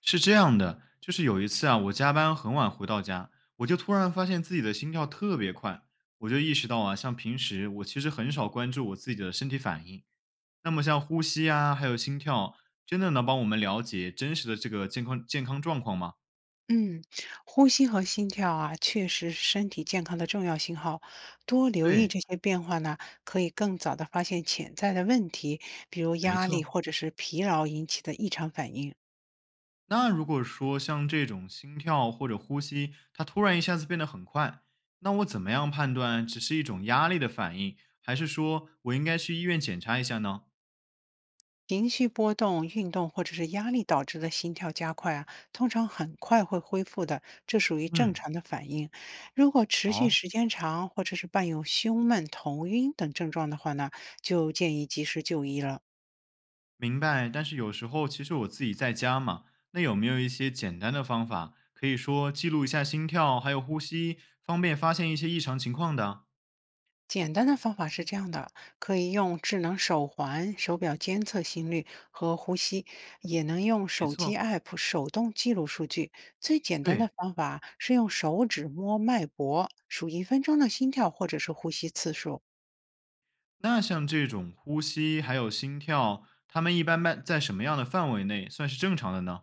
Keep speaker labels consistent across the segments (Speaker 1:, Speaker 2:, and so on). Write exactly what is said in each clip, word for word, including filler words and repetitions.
Speaker 1: 是这样的，就是有一次啊，我加班很晚回到家，我就突然发现自己的心跳特别快，我就意识到啊，像平时我其实很少关注我自己的身体反应，那么像呼吸啊，还有心跳，真的能帮我们了解真实的这个健康健康状况吗？
Speaker 2: 嗯，呼吸和心跳啊，确实是身体健康的重要信号。多留意
Speaker 1: 对，
Speaker 2: 这些变化呢，可以更早的发现潜在的问题，比如
Speaker 1: 没
Speaker 2: 压力
Speaker 1: 错。
Speaker 2: 或者是疲劳引起的异常反应。
Speaker 1: 那如果说像这种心跳或者呼吸，它突然一下子变得很快，那我怎么样判断只是一种压力的反应，还是说我应该去医院检查一下呢？
Speaker 2: 情绪波动、运动或者是压力导致的心跳加快啊，通常很快会恢复的，这属于正
Speaker 1: 嗯，
Speaker 2: 常的反应。如果持续
Speaker 1: 好、
Speaker 2: 时间长，或者是伴有胸闷、头晕等症状的话呢，就建议及时就医了。
Speaker 1: 明白，但是有时候其实我自己在家嘛，那有没有一些简单的方法，可以说记录一下心跳还有呼吸，方便发现一些异常情况的啊？
Speaker 2: 简单的方法是这样的，可以用智能手环、手表监测心率和呼吸，也能用
Speaker 1: 没
Speaker 2: 手机
Speaker 1: 错，
Speaker 2: app 手动记录数据。最简单的
Speaker 1: 对。
Speaker 2: 方法是用手指摸脉搏，数一分钟的心跳或者是呼吸次数。
Speaker 1: 那像这种呼吸还有心跳，他们一般般在什么样的范围内算是正常的呢？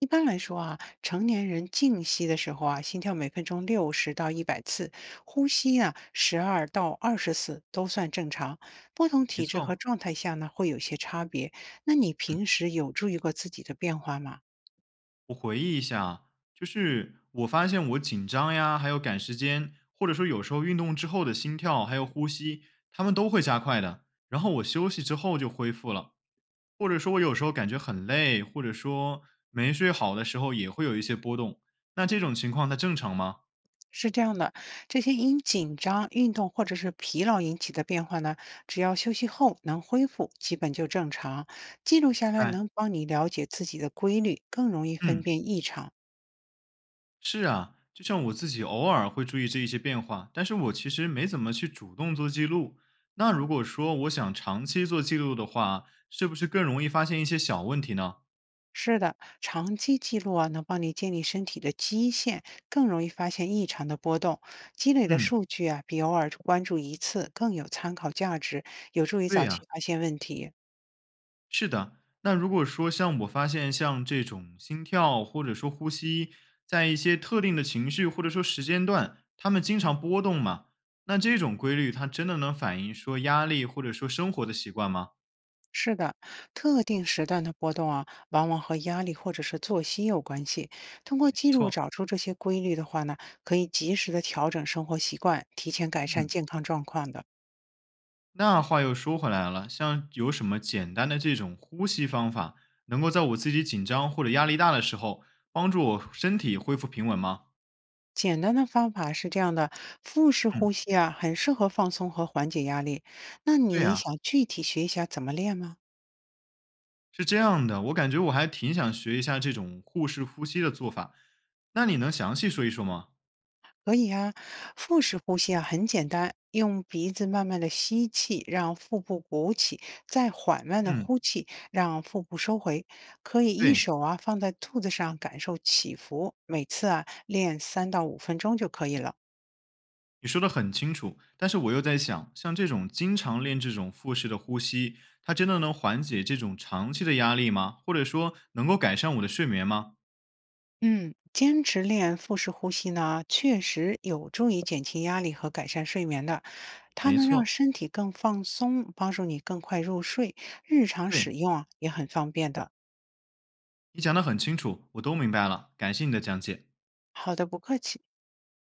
Speaker 2: 一般来说啊，成年人静息的时候啊，心跳每分钟六十到一百次，呼吸啊十二到二十次都算正常。不同
Speaker 1: 没
Speaker 2: 体质和
Speaker 1: 错，
Speaker 2: 状态下呢，会有些差别。那你平
Speaker 1: 嗯。
Speaker 2: 时有注意过自己的变化吗？
Speaker 1: 我回忆一下，就是我发现我紧张呀，还有赶时间，或者说有时候运动之后的心跳还有呼吸，他们都会加快的。然后我休息之后就恢复了，或者说我有时候感觉很累，或者说没睡好的时候也会有一些波动。那这种情况它正常吗？
Speaker 2: 是这样的，这些因紧张、运动或者是疲劳引起的变化呢，只要休息后能恢复，基本就正常。记录下来
Speaker 1: 哎，
Speaker 2: 能帮你了解自己的规律，更容易分
Speaker 1: 嗯。
Speaker 2: 辨异常。
Speaker 1: 是啊，就像我自己偶尔会注意这一些变化，但是我其实没怎么去主动做记录。那如果说我想长期做记录的话，是不是更容易发现一些小问题呢？
Speaker 2: 是的，长期记录啊，能帮你建立身体的基线，更容易发现异常的波动。积累的
Speaker 1: 嗯，
Speaker 2: 数据啊，比偶尔关注一次更有参考价值，有助于
Speaker 1: 对
Speaker 2: 早期
Speaker 1: 呀，
Speaker 2: 发现问题。
Speaker 1: 是的。那如果说像我发现像这种心跳或者说呼吸，在一些特定的情绪或者说时间段，他们经常波动嘛，那这种规律它真的能反映说压力或者说生活的习惯吗？
Speaker 2: 是的，特定时段的波动啊，往往和压力或者是作息有关系。通过记录
Speaker 1: 错，
Speaker 2: 找出这些规律的话呢，可以及时的调整生活习惯，提前改善
Speaker 1: 嗯。
Speaker 2: 健康状况的。
Speaker 1: 那话又说回来了，像有什么简单的这种呼吸方法，能够在我自己紧张或者压力大的时候，帮助我身体恢复平稳吗？
Speaker 2: 简单的方法是这样的，腹式
Speaker 1: 嗯，
Speaker 2: 呼吸啊，很适合放松和缓解压力。那
Speaker 1: 对
Speaker 2: 你
Speaker 1: 呀，
Speaker 2: 想具体学一下怎么练吗？
Speaker 1: 是这样的，我感觉我还挺想学一下这种腹式呼吸的做法，那你能详细说一说吗？
Speaker 2: 可以啊，腹式呼吸啊，很简单，用鼻子慢慢的吸气，让腹部鼓起，再缓慢的
Speaker 1: 嗯，
Speaker 2: 呼气，让腹部收回。可以一
Speaker 1: 对，
Speaker 2: 手啊放在肚子上，感受起伏。每次啊练三到五分钟就可以了。
Speaker 1: 你说的很清楚，但是我又在想，像这种经常练这种腹式的呼吸，它真的能缓解这种长期的压力吗？或者说能够改善我的睡眠吗？
Speaker 2: 嗯，坚持练腹式呼吸呢，确实有助于减轻压力和改善睡眠的。它
Speaker 1: 没
Speaker 2: 能让
Speaker 1: 错，
Speaker 2: 身体更放松，帮助你更快入睡，日常使
Speaker 1: 对，
Speaker 2: 用啊也很方便的。
Speaker 1: 你讲的很清楚，我都明白了，感谢你的讲解。
Speaker 2: 好的，不客气。